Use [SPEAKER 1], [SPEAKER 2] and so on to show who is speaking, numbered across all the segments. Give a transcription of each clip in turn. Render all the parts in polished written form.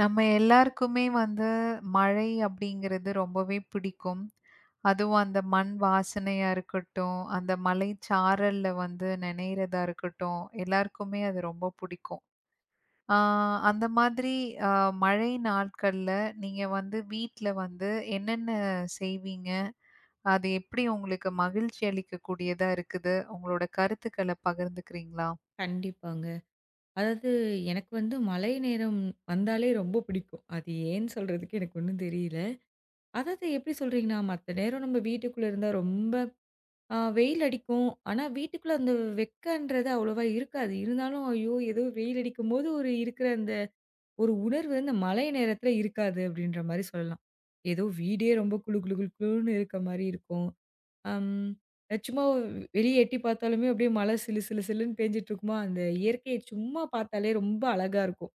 [SPEAKER 1] நம்ம எல்லாருக்குமே வந்து மழை அப்படிங்கிறது ரொம்பவே பிடிக்கும். அதுவும் அந்த மண் வாசனையா இருக்கட்டும், அந்த மலை சாரல்ல வந்து நனையிறதா இருக்கட்டும், எல்லாருக்குமே அது ரொம்ப பிடிக்கும். ஆ அந்த மாதிரி அ மழை நாட்கள்ல நீங்க வந்து வீட்ல வந்து என்னென்ன செய்வீங்க? அது எப்படி உங்களுக்கு மகிழ்ச்சி அளிக்கக்கூடியதா இருக்குது? உங்களோட கருத்துக்கள பகிர்ந்துக்கிறீங்களா?
[SPEAKER 2] கண்டிப்பாங்க. அதாவது எனக்கு வந்து மழை நேரம் வந்தாலே ரொம்ப பிடிக்கும். அது ஏன்னு சொல்றதுக்கு எனக்கு ஒண்ணும் தெரியல. அதாவது எப்படி சொல்றீங்கன்னா, மத்த நேரம் நம்ம வீட்டுக்குள்ள இருந்தா ரொம்ப வெயில் அடிக்கும். ஆனா வீட்டுக்குள்ள அந்த வெக்கன்றது அவ்வளவா இருக்காது. இருந்தாலும் ஐயோ! ஏதோ வெயில் அடிக்கும்போது ஒரு இருக்கிற அந்த ஒரு உணர்வு இந்த மழை நேரத்துல இருக்காது அப்படின்ற மாரி சொல்லலாம். ஏதோ வீடே ரொம்ப குளு குளு குளு குளுன்னு இருக்க மாரி இருக்கும். அம். சும்மா வெளிய எட்டி பார்த்தாலுமே அப்படியே மழை சிலு சிலு சிலுன்னு பேஞ்சுட்டு இருக்குமா, அந்த இயற்கைய சும்மா பார்த்தாலே ரொம்ப அழகா இருக்கும்.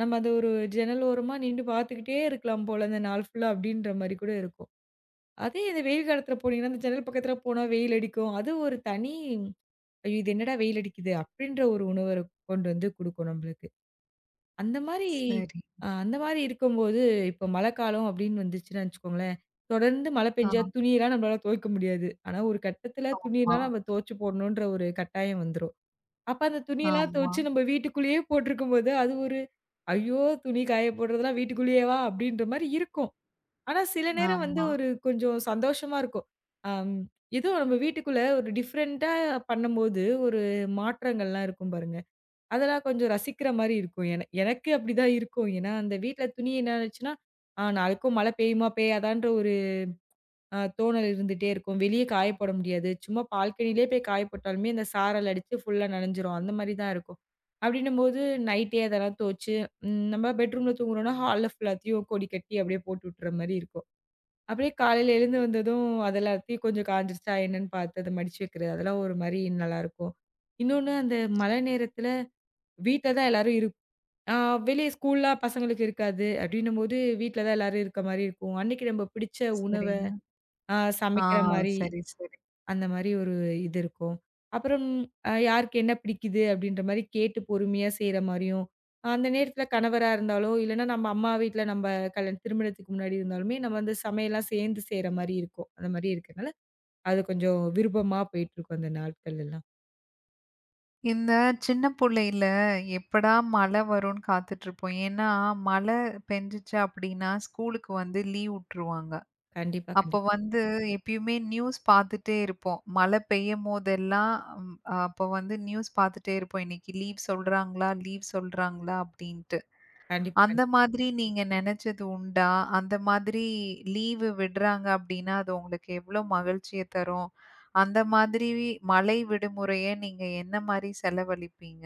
[SPEAKER 2] நம்ம அத ஒரு ஜன்னல் ஓரமா நின்டு பார்த்துக்கிட்டே இருக்கலாம் போல அந்த நாள் ஃபுல்லா அப்படின்ற மாரி கூட இருக்கும். அதே இந்த வெயில் காலத்துல போனீங்கன்னா, அந்த ஜன்னல் பக்கத்துல போனா வெயில் அடிக்கும். அது ஒரு தனி ஐயோ! இது என்னடா வெயில் அடிக்குது அப்படின்ற ஒரு உணர்வ கொண்டு வந்து குடுக்கும் நம்மளுக்கு. அந்த மாரி
[SPEAKER 1] சரி.
[SPEAKER 2] அந்த மாரி இருக்கும்போது, இப்போ மழைக்காலம் அப்படின்னு வந்துச்சுன்னு வச்சுக்கோங்களேன், தொடர்ந்து மழை பெஞ்சா
[SPEAKER 1] ஆ.
[SPEAKER 2] துணியெல்லாம் நம்மளால துவைக்க முடியாது. ஆனா, ஒரு கட்டத்தில
[SPEAKER 1] ஆமா,
[SPEAKER 2] துணியெல்லாம் நம்ம துவைச்சு போடணுன்ற ஒரு கட்டாயம் வந்துரும். அப்ப அந்த துணியெல்லாம்
[SPEAKER 1] ஆமா,
[SPEAKER 2] துவைச்சு நம்ம வீட்டுக்குள்ளேயே போட்டிருக்கும்போது, அது ஒரு "ஐயோ! துணி காய போடுறதெல்லாம் வீட்டுக்குள்ளேயேவா?" அப்படின்ற மாரி இருக்கும். ஆனா, சில நேரம் வந்து
[SPEAKER 1] ஆமா.
[SPEAKER 2] ஒரு கொஞ்சம் சந்தோஷமா இருக்கும். அம் ஏதோ நம்ம வீட்டுக்குள்ள ஒரு டிஃப்ரெண்ட்டா பண்ணும்போது, ஒரு மாற்றங்கள்லாம் இருக்கும் பாருங்க. அதெல்லாம் கொஞ்சம் ரசிக்கிற மாரி இருக்கும். எனக்கு அப்படிதான் இருக்கும். ஏன்னா, அந்த வீட்ல துணி என்ன ஆச்சுன்னா, நாளைக்கும் மழை பெய்யுமா பெய்யாதான்ற ஒரு தோணல் இருந்துட்டே இருக்கும். வெளியே காய போட முடியாது. சும்மா பால்கனியிலே போய் காய போட்டாலுமே அந்த சாரல் அடிச்சு ஃபுல்லா நனைஞ்சிரும். அந்த மாரி தான் இருக்கும். அப்படின்னும்போது நைட்டே அதெல்லாம் துவச்சு, நம்ம பெட்ரூம்ல தூங்குறோம்னா, ஹால்ல ஃபுல்லாத்தையும் கொடி கட்டி அப்படியே போட்டு விட்டுற மாரி இருக்கும். அப்படியே காலையில எழுந்து வந்ததும் அதெல்லாத்தையும் கொஞ்சம் காய்ஞ்சிருச்சா என்னன்னு பார்த்து அத மடிச்சு வைக்கிறது. அதெல்லாம் ஒரு மாரி நல்லாருக்கும். இன்னொன்னு அந்த மழை நேரத்துல வீட்ல தான் எல்லாரும் இருப்போம். ஆ வெளிய ஸ்கூல்லாம் பசங்களுக்கு இருக்காது. அப்டின்னும்போது வீட்ல தான் எல்லாரும் இருக்க மாரி இருக்கும். அன்னைக்கு நம்ம பிடிச்ச உணவ
[SPEAKER 1] சரிங்க.
[SPEAKER 2] அ
[SPEAKER 1] ஆ,
[SPEAKER 2] சமைக்கிற மாரி,
[SPEAKER 1] சரி, சரி.
[SPEAKER 2] அந்த மாரி ஒரு இது இருக்கும். அப்புறம் யாருக்கு என்ன பிடிக்குது அப்டின்ற மாரி கேட்டு பொறுமையா செய்ற மாரியும், அந்த நேரத்தில கணவரா இருந்தாலும், இல்லன்னா நம்ம அம்மா வீட்ல நம்ம கல்யாண திருமணத்துக்கு முன்னாடி இருந்தாலுமே, நம்ம அந்த சமையல்லாம் சேர்ந்து செய்ற மாரி இருக்கும். அந்த மாரி இருக்கனால, அது கொஞ்சம் விருப்பமா போயிட்டுருக்கும் அந்த நாட்கள் எல்லாம்.
[SPEAKER 1] இந்த சின்ன புள்ளையில எப்படா மழை வரும்ன்னு காத்துட்ருப்போம். ஏன்னா, மழை பெஞ்சுச்சு அப்டின்னா, ஸ்கூலுக்கு வந்து லீவ் உட்டுருவாங்க.
[SPEAKER 2] கண்டிப்பா,
[SPEAKER 1] அப்போ
[SPEAKER 2] கண்டிப்பா,
[SPEAKER 1] வந்து எப்பயுமே நியூஸ் பார்த்துட்டே இருப்போம். மழை பெய்யும்போதெல்லாம் ம் அப்போ வந்து நியூஸ் பார்த்துட்டே இருப்போம். இன்னைக்கு லீவ் சொல்றாங்களா? லீவ் சொல்றாங்களா? அப்டின்ட்டு.
[SPEAKER 2] கண்டிப்பா,
[SPEAKER 1] அந்த
[SPEAKER 2] கண்டிப்பா.
[SPEAKER 1] மாதிரி நீங்க நெனச்சது உண்டா? அந்த மாதிரி லீவு விடுறாங்க அப்டின்னா, அது உங்களுக்கு எவ்ளோ மகிழ்ச்சிய தரும்? அந்த மாதிரி மழை விடுமுறைய நீங்க என்ன மாரி செலவழிப்பீங்க?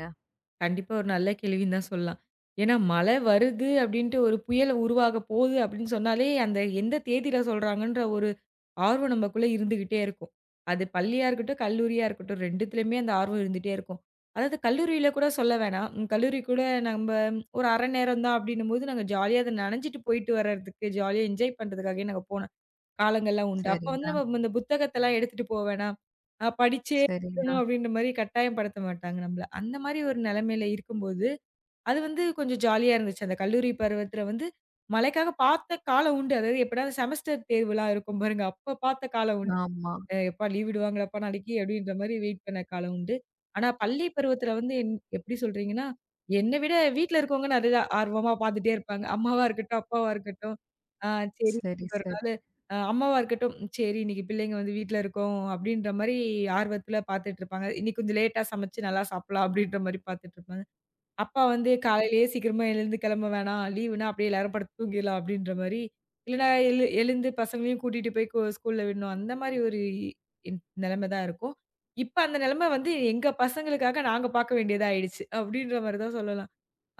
[SPEAKER 2] கண்டிப்பா ஒரு நல்ல கேள்வின்னு தான் சொல்லலாம். ஏன்னா மழை வருது அப்டின்ட்டு ஒரு புயல் உருவாக போகுது அப்டின்னு சொன்னாலே, அந்த எந்த தேதியில சொல்றாங்கன்ற ஒரு ஆர்வம் நமக்குள்ள இருந்துகிட்டே இருக்கும். அது பள்ளியா இருக்கட்டும், கல்லூரியா இருக்கட்டும் 2த்துலயுமே அந்த ஆர்வம் இருந்துட்டே இருக்கும். அதாவது கல்லூரியில கூட சொல்ல வேணாம். கல்லூரி கூட நம்ப ஒரு அரை நேரம் தான் அப்டின்னும்போது, நாங்க ஜாலியா அத நனஞ்சிட்டு போயிட்டு வர்றதுக்கு, ஜாலியா என்ஜாய் பண்றதுக்காகவே நாங்க போனோம். காலங்கள்லாம் உண்டு. அப்ப வந்து
[SPEAKER 1] சரிங்க,
[SPEAKER 2] நம்ம இந்த புத்தகத்தெல்லாம் எடுத்துட்டு போ வேணாம். படிச்சே தீரணும்
[SPEAKER 1] சரிங்க.
[SPEAKER 2] அப்டின்ற மாரி கட்டாயப்படுத்த மாட்டாங்க நம்மள. அந்த மாரி ஒரு நெலைமையில இருக்கும்போது, அது வந்து கொஞ்சம் ஜாலியா இருந்துச்சு. அந்த கல்லூரி பருவத்துல வந்து மழைக்காக பார்த்த காலம் உண்டு. அதாவது எப்படா செமஸ்டர் தேர்வுலாம் இருக்கும் பாருங்க. அப்ப பார்த்த காலம் உண்டு.
[SPEAKER 1] ஆமா.
[SPEAKER 2] எப்பா லீவ் விடுவாங்களாப்பா நாளைக்கு அப்படின்ற மாரி வெயிட் பண்ண காலம் உண்டு. ஆனா பள்ளி பருவத்தில வந்து எப்படி சொல்றீங்கன்னா, என்ன விட வீட்ல இருக்கவங்க நிறைய ஆர்வமா பார்த்துட்டே இருப்பாங்க. அம்மாவா இருக்கட்டும், அப்பாவா இருக்கட்டும். ஆ சரி
[SPEAKER 1] சரி,
[SPEAKER 2] ஒரு
[SPEAKER 1] சரி,
[SPEAKER 2] நாளு அம்மாவா இருக்கட்டும், "சரி இன்னைக்கு பிள்ளைங்க வந்து வீட்ல இருக்கும்" அப்படின்ற மாரி ஆர்வத்தில பார்த்துட்டு இருப்பாங்க. "இன்னைக்கு கொஞ்சம் லேட்டா சமைச்சு நல்லா சாப்பிடலாம்" அப்படின்ற மாரி பார்த்துட்டு இருப்பாங்க. அப்பா வந்து காலையிலேயே சீக்கிரமா எழுந்து கிளம்ப வேணாம். லீவுனா அப்படியே எல்லாரும் படுத்து தூங்கிடலாம் அப்படின்ற மாரி, இல்லனா எழுந்து பசங்களையும் கூட்டிட்டு போய் ஸ்கூல்ல விடணும். அந்த மாரி ஒரு நிலைமை தான் இருக்கும். இப்ப அந்த நிலைமை வந்து எங்க பசங்களுக்காக நாங்க பார்க்க வேண்டியதா ஆயிடுச்சு. அப்படின்ற மாரி தான் சொல்லலாம்.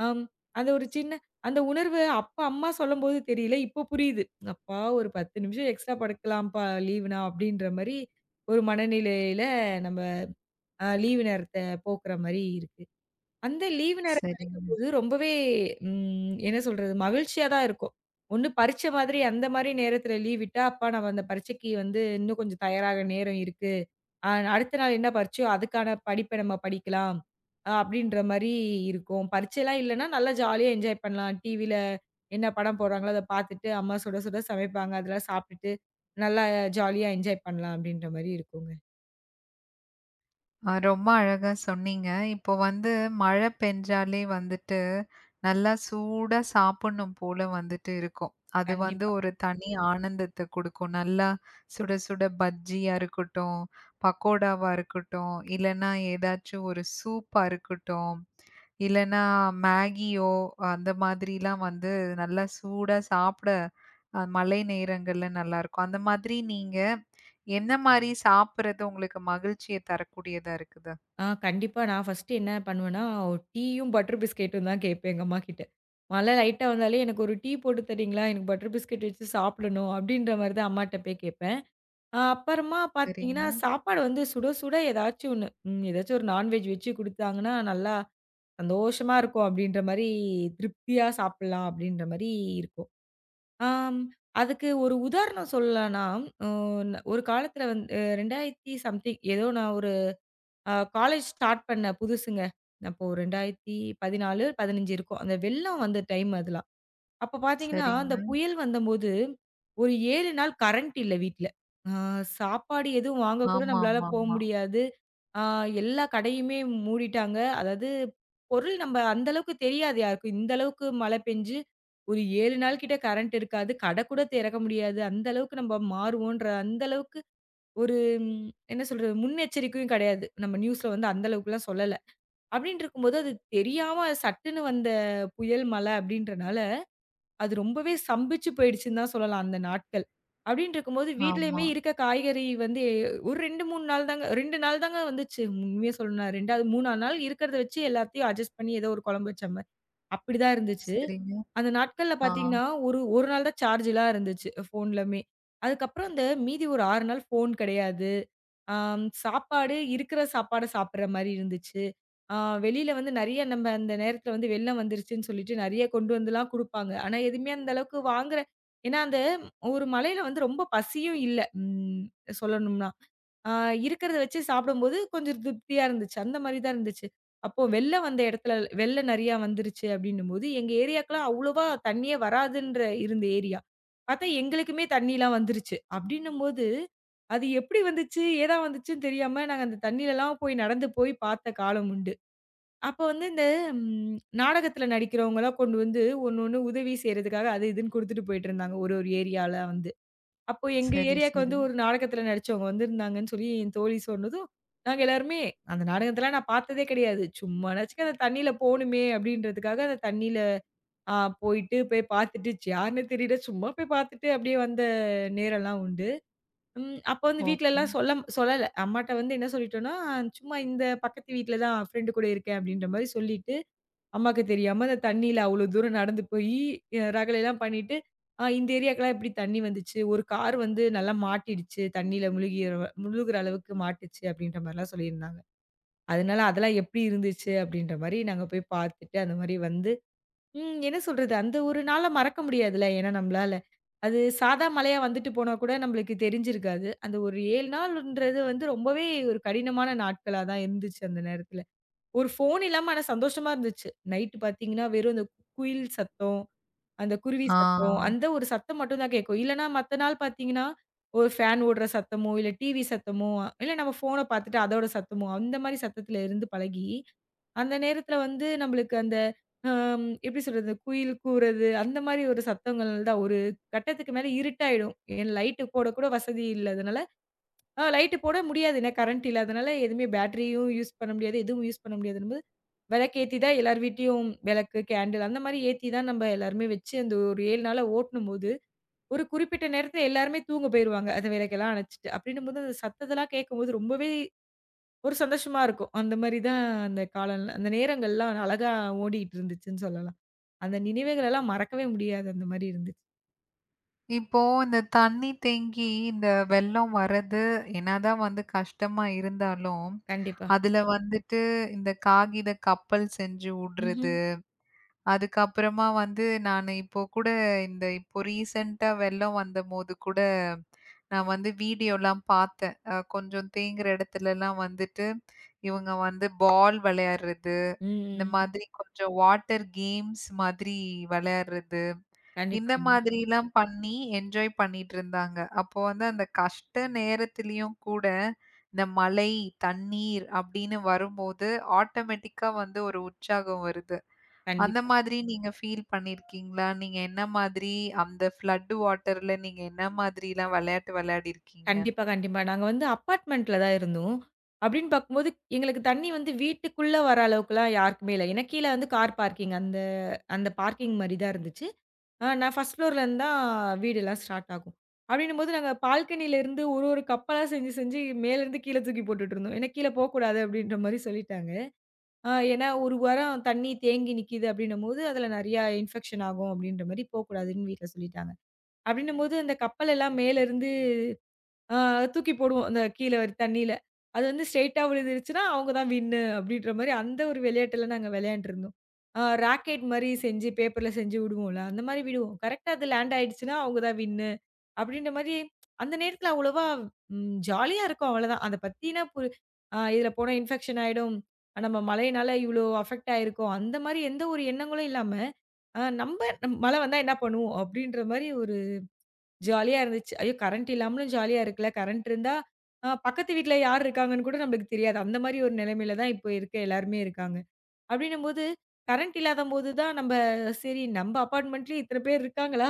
[SPEAKER 2] ஆம். அந்த ஒரு சின்ன அந்த உணர்வு அப்ப அம்மா சொல்லும்போது தெரியல. இப்போ புரியுது. அப்பா ஒரு 10 நிமிஷம் எக்ஸ்ட்ரா படுக்கலாம்ப்பா லீவுனா அப்படின்ற மாரி ஒரு மனநிலையில நம்ம லீவு நேரத்த போக்குற மாரி இருக்கு. அந்த லீவு நேர
[SPEAKER 1] சரிங்க.
[SPEAKER 2] போது ரொம்பவே என்ன சொல்றது? மகிழ்ச்சியா தான் இருக்கும். ஒண்ணு பரீட்சை மாதிரி அந்த மாரி நேரத்தில லீவ் விட்டா, அப்பா நம்ம அந்த பரீட்சைக்கு வந்து இன்னும் கொஞ்சம் தயாராக நேரம் இருக்கு. அடுத்த நாள் என்ன பரீட்சையோ அதுக்கான படிப்ப நம்ம படிக்கலாம். அப்படின்ற மாரி இருக்கும். பரீட்சைலாம் இல்லன்னா, நல்லா ஜாலியா என்ஜாய் பண்ணலாம். டிவில என்ன படம் போடுறாங்களோ அத பார்த்துட்டு, அம்மா சுட சுட சமைப்பாங்க. அதெல்லாம் சாப்பிட்டுட்டு, நல்லா ஜாலியா என்ஜாய் பண்ணலாம் அப்படின்ற மாரி இருக்குங்க.
[SPEAKER 1] ரொம்ப அழகா சொன்னீங்க. இப்போ வந்து மழை பெஞ்சாலே வந்துட்டு, நல்லா சூடா சாப்பிடணும் போல வந்துட்டு இருக்கும். அது வந்து
[SPEAKER 2] கண்டிப்பா.
[SPEAKER 1] ஒரு தனி ஆனந்தத்த குடுக்கும். நல்லா சுட சுட பஜ்ஜியா இருக்கட்டும், பக்கோடாவா இருக்கட்டும், இல்லன்னா ஏதாச்சும் ஒரு சூப்பா இருக்கட்டும். இல்லன்னா மேகியோ, அந்த மாதிரிலாம் வந்து நல்லா சூடா சாப்பிட மழை நேரங்கள்ல நல்லாருக்கும். அந்த மாதிரி நீங்க என்ன மாரி சாப்பிடுறது உங்களுக்கு மகிழ்ச்சிய தரக்கூடியதா இருக்குது?
[SPEAKER 2] கண்டிப்பா. நான் ஃபர்ஸ்ட்டு என்ன பண்ணுவேன்னா, டீயும், பட்டர் பிஸ்கெட்டும் தான் கேட்பேன் எங்க அம்மாகிட்ட. மழை லைட்டா வந்தாலே எனக்கு ஒரு டீ போட்டு தர்றீங்களா? எனக்கு பட்டர் பிஸ்கெட் வச்சு சாப்பிடணும் அப்படின்ற மாரி தான் அம்மாட்ட போய் கேட்பேன். அப்புறமா பார்த்தீங்கன்னா,
[SPEAKER 1] சரிங்க,
[SPEAKER 2] சாப்பாடு வந்து சுட சுட ஏதாச்சும் ஒண்ணு. ஏதாச்சும் ஒரு நான்வெஜ் வச்சு குடுத்தாங்கன்னா, நல்லா சந்தோஷமா இருக்கும் அப்படின்ற மாரி திருப்தியா சாப்பிடலாம் அப்படின்ற மாரி இருக்கும். ஆம் அதுக்கு ஒரு உதாரணம் சொல்லலாம்னா, அ ஒரு காலத்தில வந்து 2000 சம்திங் ஏதோ நான் ஒரு காலேஜ் ஸ்டார்ட் பண்ண புதுசுங்க. அப்போ ஒரு 2014, 15 இருக்கும். அந்த வெள்ளம் வந்த டைம் அதெல்லாம். அப்ப பார்த்தீங்கன்னா, அந்த
[SPEAKER 1] சரிங்க.
[SPEAKER 2] புயல் வந்தம்போது ஒரு 7 நாள் கரண்ட் இல்ல வீட்ல. ஆ சாப்பாடு எதுவும் வாங்க கூட நம்மளால
[SPEAKER 1] ஆமாமாமா.
[SPEAKER 2] போ
[SPEAKER 1] ஆமா.
[SPEAKER 2] முடியாது. ஆ எல்லா கடையுமே மூடிட்டாங்க. அதாவது பொருள் நம்ம அந்த அளவுக்கு தெரியாது யாருக்கும். இந்த அளவுக்கு மழை பெஞ்சு ஒரு 7 நாள் கிட்ட கரண்ட் இருக்காது. கடை கூட திறக்க முடியாது. அந்த அளவுக்கு நம்ம மாறுவோன்ற அந்த அளவுக்கு ஒரு என்ன சொல்றது? முன்னெச்சரிக்கையும் கிடையாது. நம்ம நியூஸ்ல வந்து அந்த அளவுக்குலாம் சொல்லல. அப்டின்னு இருக்கும்போது, அது தெரியாம சட்டுன்னு வந்த புயல், மழை அப்டின்றனால, அது ரொம்பவே சம்பிச்சு போயிடுச்சுன்னு தான் சொல்லலாம் அந்த நாட்கள். அப்டின்னு இருக்கும்போது
[SPEAKER 1] ஆமா,
[SPEAKER 2] வீட்லயுமே
[SPEAKER 1] ஆமா,
[SPEAKER 2] இருக்க காய்கறி வந்து ஒரு 2, 3 நாள் தாங்க 2 நாள் தாங்க வந்துச்சு. உண்மைய சொல்லணும்னா 2வது 3வது நாள் இருக்கிறத வச்சு எல்லாத்தையும் அட்ஜஸ்ட் பண்ணி ஏதோ ஒரு குழம்பு வச்ச மாரி. அப்டிதான் இருந்துச்சு.
[SPEAKER 1] சரிங்க.
[SPEAKER 2] அந்த நாட்கள்ல
[SPEAKER 1] ஆ.
[SPEAKER 2] பார்த்தீங்கன்னா, ஒரு 1 நாள் தான் சார்ஜ்லாம் இருந்துச்சு ஃபோன்லமே. அதுக்கப்புறம் அந்த மீதி ஒரு 6 நாள் ஃபோன் கிடையாது. சாப்பாடு இருக்கிற சாப்பாட சாப்பிடுற மாரி இருந்துச்சு. ஆ வெளியில வந்து நெறைய நம்ம அந்த நேரத்துல வந்து வெள்ளம் வந்துருச்சுன்னு சொல்லிட்டு நெறைய கொண்டு வந்துலாம் குடுப்பாங்க. ஆனா, எதுவுமே அந்த அளவுக்கு வாங்குற ஏன்னா, அந்த ஒரு மழையில வந்து ரொம்ப பசியும் இல்ல. சொல்லணும்னா. ஆ இருக்கிறத வச்சு சாப்பிடும்போது கொஞ்சம் திருப்தியா இருந்துச்சு. அந்த மாரி தான் இருந்துச்சு. அப்போ வெள்ளம் வந்த இடத்துல வெள்ளம் நெறையா வந்துருச்சு அப்டின்னும்போது, எங்க ஏரியாக்கெல்லாம் அவ்வளவா தண்ணியே வராதுன்ற இருந்த ஏரியா. பார்த்தா எங்களுக்குமே தண்ணிலாம் வந்துருச்சு. அப்டின்னும்போது, அது எப்டி வந்துச்சு, ஏதா வந்துச்சுன்னு தெரியாம நாங்க அந்த தண்ணிலலாம் போய் நடந்து போய் பார்த்த காலம் உண்டு. அப்போ வந்து இந்த ம் நாடகத்துல நடிக்கிறவங்கலாம் கொண்டு வந்து ஒண்ணு ஒண்ணு உதவி செய்றதுக்காக அது இதுன்னு குடுத்துட்டு போயிட்டுருந்தாங்க. ஒரு ஒரு ஏரியால வந்து. அப்போ எங்க
[SPEAKER 1] சரி,
[SPEAKER 2] ஏரியாக்கு வந்து
[SPEAKER 1] சரி.
[SPEAKER 2] ஒரு நாடகத்துல நடிச்சவங்க வந்திருந்தாங்கன்னு சொல்லி என் தோழி சொன்னதும், நாங்க எல்லாருமே அந்த நாடகத்தலாம் நான் பார்த்ததே கிடையாது. சும்மானாச்சுக்கு அந்த தண்ணீல போணுமே அப்படின்றதுக்காக அந்த தண்ணீல ஆ போயிட்டு போய் பார்த்துட்டு, ச்ச யாருன்னே தெரியல. சும்மா போய் பார்த்துட்டு அப்படியே வந்த நேரம்லாம் உண்டு. அப்ப வந்து
[SPEAKER 1] ஓகே.
[SPEAKER 2] வீட்லலாம் சொல்லம் சொல்லல. அம்மாட்ட வந்து என்ன சொல்லிட்டோம்னா, சும்மா இந்த பக்கத்து வீட்ல தான் ஃப்ரெண்டு கூட இருக்கேன் அப்படின்ற மாரி சொல்லிட்டு அம்மாக்கு தெரியாம அந்த தண்ணீல அவ்ளோ தூரம் நடந்து போயி, ரகளைலாம் பண்ணிட்டு, "ஆ இந்த ஏரியாக்கெல்லாம் இப்படி தண்ணி வந்துச்சு. ஒரு கார் வந்து நல்லா மாட்டிடுச்சு. தண்ணீல முழுகிற முழுகுற அளவுக்கு மாட்டுச்சு." அப்படின்ற மாரிலாம் சொல்லியிருந்தாங்க. அதனால அதெல்லாம் எப்படி இருந்துச்சு அப்படின்ற மாரி நாங்க போய் பார்த்துட்டு, அந்த மாரி வந்து என்ன சொல்றது? அந்த ஒரு நாள மறக்க முடியாதுல்ல. ஏன்னா நம்பளால. அது சாதா மழையா வந்துட்டு போனா கூட நம்மளுக்கு தெரிஞ்சிருக்காது. அந்த ஒரு 7 நாள்ன்றது வந்து ரொம்பவே ஒரு கடினமான நாட்களா தான் இருந்துச்சு அந்த நேரத்துல. ஒரு ஃபோன் இல்லாம ஆனா சந்தோஷமா இருந்துச்சு. நைட் பார்த்தீங்கன்னா, வெறும் அந்த குயில் சத்தம், அந்த குருவி சத்தம்,
[SPEAKER 1] ஆ.
[SPEAKER 2] அந்த ஒரு சத்தம் மட்டும் தான் கேட்கும். இல்லன்னா, மத்த நாள் பார்த்தீங்கன்னா, ஒரு ஃபேன் ஓடுற சத்தமோ, இல்ல டிவி சத்தமோ, இல்ல நம்ம ஃபோன பார்த்துட்டு அதோட சத்தமோ, அந்த மாரி சத்தத்துல இருந்து பழகி, அந்த நேரத்துல வந்து நம்மளுக்கு அந்த எப்படி சொல்றது? குயில் கூவுறது, அந்த மாரி ஒரு சத்தங்கள் தான். ஒரு கட்டத்துக்கு மேல இருட்டாயிடும். ஏன் லைட்டு போட கூட வசதி இல்லாதனால, லைட்டு போட முடியாது. ஏன்னா, கரண்ட் இல்லாதனால எதுவுமே பேட்டரியும் யூஸ் பண்ண முடியாது. எதுவும் யூஸ் பண்ண முடியாது விளக்கேத்தி தான் எல்லார் வீட்லயும் விளக்கு, கேண்டில் அந்த மாரி ஏத்தி தான் நம்ம எல்லாருமே வச்சு, அந்த ஒரு 7 நாளா ஓட்டுனம்போது, ஒரு குறிப்பிட்ட நேரத்துல எல்லாருமே தூங்க போயிருவாங்க. அந்த விளக்கெல்லாம் அணச்சுட்டு. அப்டின்னும்போது அந்த சத்தத்தலாம் கேட்கும்போது ரொம்பவே ஒரு சந்தோஷமா இருக்கும். அந்த மாரி தான் அந்த காலம் அந்த நேரங்கள்லாம் அழகா ஓடிட்டு இருந்துச்சுன்னு சொல்லலாம். அந்த நினைவுகள் எல்லாம் மறக்கவே முடியாது. அந்த மாரி இருந்துச்சு.
[SPEAKER 1] இப்போ இந்த தண்ணி தேங்கி இந்த வெள்ளம் வர்றது என்னதான் வந்து கஷ்டமா இருந்தாலும்,
[SPEAKER 2] கண்டிப்பா.
[SPEAKER 1] அதுல வந்துட்டு இந்த காகித கப்பல் செஞ்சு
[SPEAKER 2] ம்ஹ்ம்.
[SPEAKER 1] உடுறது. அதுக்கப்புறமா வந்து நானு இப்போ கூட இந்த இப்போ ரீசென்ட்டா வெள்ளம் வந்தபோது கூட, நான் வந்து வீடியோலாம் பார்த்தேன். கொஞ்சம் தேங்குற இடத்துலலாம் வந்துட்டு, இவங்க வந்து பால் விளையாடுறது,
[SPEAKER 2] ம்,
[SPEAKER 1] இந்த
[SPEAKER 2] ம்.
[SPEAKER 1] மாதிரி கொஞ்சம் வாட்டர் கேம்ஸ் மாதிரி விளையாடுறது.
[SPEAKER 2] கண்டிப்பா,
[SPEAKER 1] இந்த
[SPEAKER 2] கண்டிப்பா.
[SPEAKER 1] மாதிரிலாம் பண்ணி என்ஜாய் பண்ணிட்டுருந்தாங்க. அப்போ வந்து அந்த கஷ்ட நேரத்திலயும் கூட, இந்த மழை, தண்ணீர் அப்படின்னு வரும்போது, ஆட்டோமேட்டிக்கா வந்து ஒரு உற்சாகம் வருது. அந்த
[SPEAKER 2] கண்டிப்பா.
[SPEAKER 1] மாதிரி நீங்க ஃபீல் பண்ணியிருக்கீங்களா? நீங்க என்ன மாதிரி அந்த ஃப்ளட் வாட்டர்ல நீங்க என்ன மாதிரிலாம் விளையாட்டு விளையாடிருக்கீங்க?
[SPEAKER 2] கண்டிப்பா, கண்டிப்பா. நாங்க வந்து அப்பார்ட்மெண்ட்ல தான் இருந்தோம். அப்படின்னு பார்க்கும்போது, எங்களுக்கு தண்ணி வந்து வீட்டுக்குள்ள வர அளவுக்குலாம் யாருக்குமே இல்ல. ஏன்னா கீழ வந்து கார் பார்க்கிங் அந்த அந்த பார்க்கிங் மாரி தான் இருந்துச்சு. நான் ஃபர்ஸ்ட் ஃப்ளோர்லேருந்து தான் வீடெல்லாம் ஸ்டார்ட் ஆகும். அப்படின்னும்போது நாங்க பால்கனியிலேருந்து ஒரு ஒரு கப்பலா செஞ்சு செஞ்சு மேலேருந்து கீழ தூக்கி போட்டுட்டுருந்தோம். ஏன்னா கீழ போக்கூடாது அப்படின்ற மாரி சொல்லிட்டாங்க. ஏன்னா ஒரு வாரம் தண்ணி தேங்கி நிக்கிது அப்படின்னும்போது, அதில நெறையா இன்ஃபெக்ஷன் ஆகும் அப்படின்ற மாரி போக்கூடாதுன்னு வீட்ல சொல்லிட்டாங்க. அப்படின்னும்போது அந்த கப்பல் எல்லாம் மேலேருந்து ஆ தூக்கி போடுவோம். அந்த கீழ ஒரு தண்ணீல. அது வந்து ஸ்ட்ரெயிட்டா விழுந்துருச்சுன்னா, அவங்க தான் வின்னு அப்படின்ற மாரி அந்த ஒரு விளையாட்டுல நாங்க விளையாண்டுருந்தோம். ஆ ராக்கெட் மாரி செஞ்சு பேப்பர்ல செஞ்சு விடுவோம்ல. அந்த மாரி விடுவோம். கரெக்ட்டா அது லேண்ட் ஆயிடுச்சுன்னா, அவங்க தான் வின்னு அப்படின்ற மாரி அந்த நேரத்துல அவ்வளவா ஜாலியா இருக்கும் அவ்வளதான். அத பத்தினா ஆ இதுல போனா இன்ஃபெக்ஷன் ஆயிடும். ஆ, நம்ம மழையினால இவ்ளோ அஃபெக்ட் ஆயிருக்கோம். அந்த மாரி எந்த ஒரு எண்ணங்களும் இல்லாம, நம்ப மழை வந்தா என்ன பண்ணுவோம்? அப்படின்ற மாரி ஒரு ஜாலியா இருந்துச்சு. ஐயோ! கரண்ட் இல்லாமலும் ஜாலியா இருக்குல்ல. கரண்ட் இருந்தா, பக்கத்து வீட்ல யார் இருக்காங்கன்னு கூட நம்மளுக்கு தெரியாது. அந்த மாரி ஒரு நிலைமையில தான் இப்போ இருக்க எல்லாருமே இருக்காங்க. அப்படின்னும்போது, கரண்ட் இல்லாதம்போது தான் நம்ப சரி நம்ப அபார்ட்மெண்ட்லயும் இத்தன பேர் இருக்காங்களா?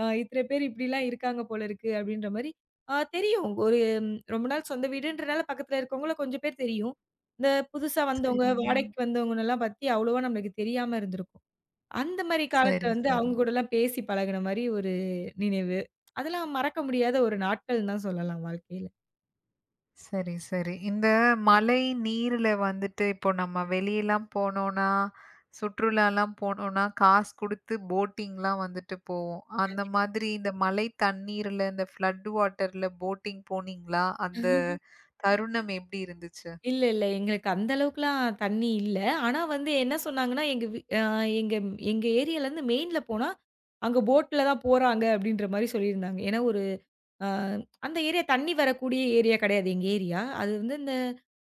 [SPEAKER 2] இத்தன பேர் இப்படிலாம் இருக்காங்க போல இருக்கு அப்படின்ற மாரி, தெரியும். ரொம்ப நாள் சொந்த வீடுன்றனால பக்கத்துல இருக்கவங்கள கொஞ்சம் பேர் தெரியும். இந்த புதுசா வந்தவங்க,
[SPEAKER 1] சரிங்க.
[SPEAKER 2] வாடகைக்கு வந்தவங்கன்னலாம் பத்தி அவ்வளவா நம்மளுக்கு தெரியாம இருந்திருக்கும். அந்த மாரி காலத்துல
[SPEAKER 1] சரி,
[SPEAKER 2] வந்து அவங்க
[SPEAKER 1] சரி.
[SPEAKER 2] கூடலாம் பேசி பழகுன மாரி ஒரு நினைவு. அதெல்லாம் மறக்க முடியாத ஒரு நாட்கள்ன்னு தான் சொல்லலாம் வாழ்க்கையில.
[SPEAKER 1] சரி, சரி. இந்த மழை நீர்ல வந்துட்டு இப்போ நம்ம வெளியலாம் போனோம்னா, சுற்றுலாலாம் போனோம்னா, காசு குடுத்து போட்டிங்லாம் வந்துட்டு போவோம். அந்த மாதிரி இந்த மழை தண்ணீர்ல, இந்த ஃப்ளட் வாட்டர்ல போட்டிங் போனீங்களா? அந்த தருணம் எப்படி இருந்துச்சு?
[SPEAKER 2] இல்ல, இல்ல. எங்களுக்கு அந்த அளவுக்குலாம் தண்ணி இல்ல. ஆனா வந்து என்ன சொன்னாங்கன்னா, எங்க வீ அ எங்க எங்க ஏரியாலருந்து மெயின்ல போனா, அங்க போட்ல தான் போறாங்க அப்படின்ற மாரி சொல்லியிருந்தாங்க. ஏன்னா, ஒரு அ அந்த ஏரியா தண்ணி வரக்கூடிய ஏரியா கிடையாது எங்க ஏரியா. அது வந்து இந்த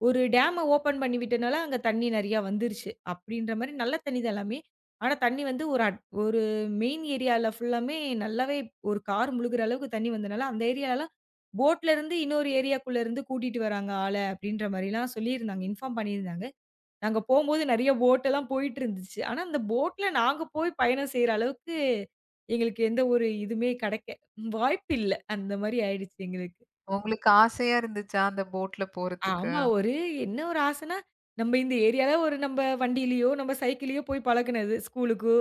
[SPEAKER 2] ஒரு டேம்ம ஓப்பன் பண்ணி விட்டனால அங்க தண்ணி நெறையா வந்துருச்சு. அப்டின்ற மாரி நல்ல தண்ணி தான் எல்லாமே. ஆனா தண்ணி வந்து ஒரு மெயின் ஏரியால ஃபுல்லாமே நல்லாவே ஒரு கார் முழுகுற அளவுக்கு தண்ணி வந்தனால, அந்த ஏரியாலலாம் போட்லருந்து இன்னொரு ஏரியாக்குள்ள இருந்து கூட்டிட்டு வராங்க ஆள அப்டின்ற மாரிலாம் சொல்லியிருந்தாங்க. இன்ஃபார்ம் பண்ணியிருந்தாங்க. நாங்க போம்போது நெறைய போட் எல்லாம் போயிட்டு இருந்துச்சு. ஆனா, அந்த போட்ல நாங்க போய் பயணம் செய்ற அளவுக்கு எங்களுக்கு எந்த ஒரு இதுவுமே கெடைக்க வாய்ப்பு இல்ல. அந்த மாரி ஆயிடுச்சு எங்களுக்கு.
[SPEAKER 1] உங்களுக்கு ஆசையா இருந்துச்சா அந்த போட்ல போறதுக்கு?
[SPEAKER 2] ஆமா. ஒரு என்ன ஒரு ஆசைன்னா, நம்ம இந்த ஏரியால ஒரு நம்ம வண்டியிலயோ, நம்ம சைக்கிள்லயோ போய் பழகுனது. ஸ்கூலுக்கு,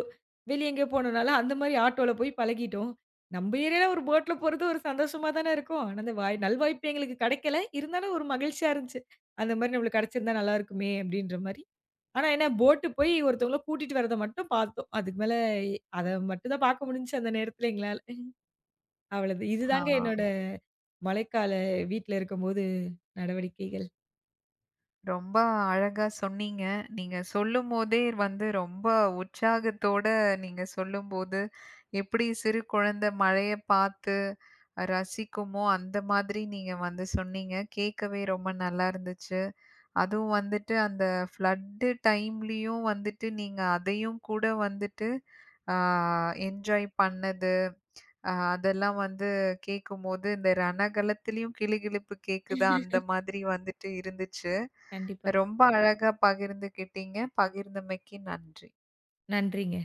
[SPEAKER 2] வெளிய எங்கேயோ போனோம்னாலும் அந்த மாரி ஆட்டோல போய் பழகிட்டோம். நம்ம ஏரியால ஒரு போட்ல போறது ஒரு சந்தோஷமா தானே இருக்கும். ஆனா, அந்த நல்வாய்ப்பு எங்களுக்கு கிடைக்கல. இருந்தாலும் ஒரு மகிழ்ச்சியா இருந்துச்சு. அந்த மாரி நம்மளுக்கு கிடைச்சிருந்தா நல்லா இருக்குமே! அப்டின்ற மாரி. ஆனா என்ன போட் போய் ஒருத்தவங்கள கூட்டிட்டு வரத மட்டும் பார்த்தோம். அதுக்கு மேல அத மட்டும் தான் பார்க்க முடிஞ்சுச்சு அந்த நேரத்துல எங்களால. அவ்வளது.
[SPEAKER 1] ஆ.
[SPEAKER 2] இதுதாங்க என்னோட மழைக்கால வீட்ல இருக்கும்போது நடவடிக்கைகள்.
[SPEAKER 1] ரொம்ப அழகா சொன்னீங்க. நீங்க சொல்லும்போதே வந்து ரொம்ப உற்சாகத்தோட நீங்க சொல்லும்போது, எப்படி சிறு குழந்தை மழைய பார்த்து ரசிக்குமோ, அந்த மாதிரி நீங்க வந்து சொன்னீங்க. கேட்கவே ரொம்ப நல்லா இருந்துச்சு. அதுவும் வந்துட்டு அந்த ஃப்ளட் டைம்லயும் வந்துட்டு நீங்க அதையும் கூட வந்துட்டு ஆ என்ஜாய் பண்ணது. அதெல்லாம் வந்து கேட்கும்போது, இந்த ரணகளத்திலயும் கிளுகிளுப்பு கேக்குதா அந்த மாதிரி வந்துட்டு இருந்துச்சு.
[SPEAKER 2] கண்டிப்பா.
[SPEAKER 1] ரொம்ப அழகா பகிர்ந்துக்கிட்டீங்க. பகிர்ந்தமைக்கு நன்றி.
[SPEAKER 2] நன்றிங்க.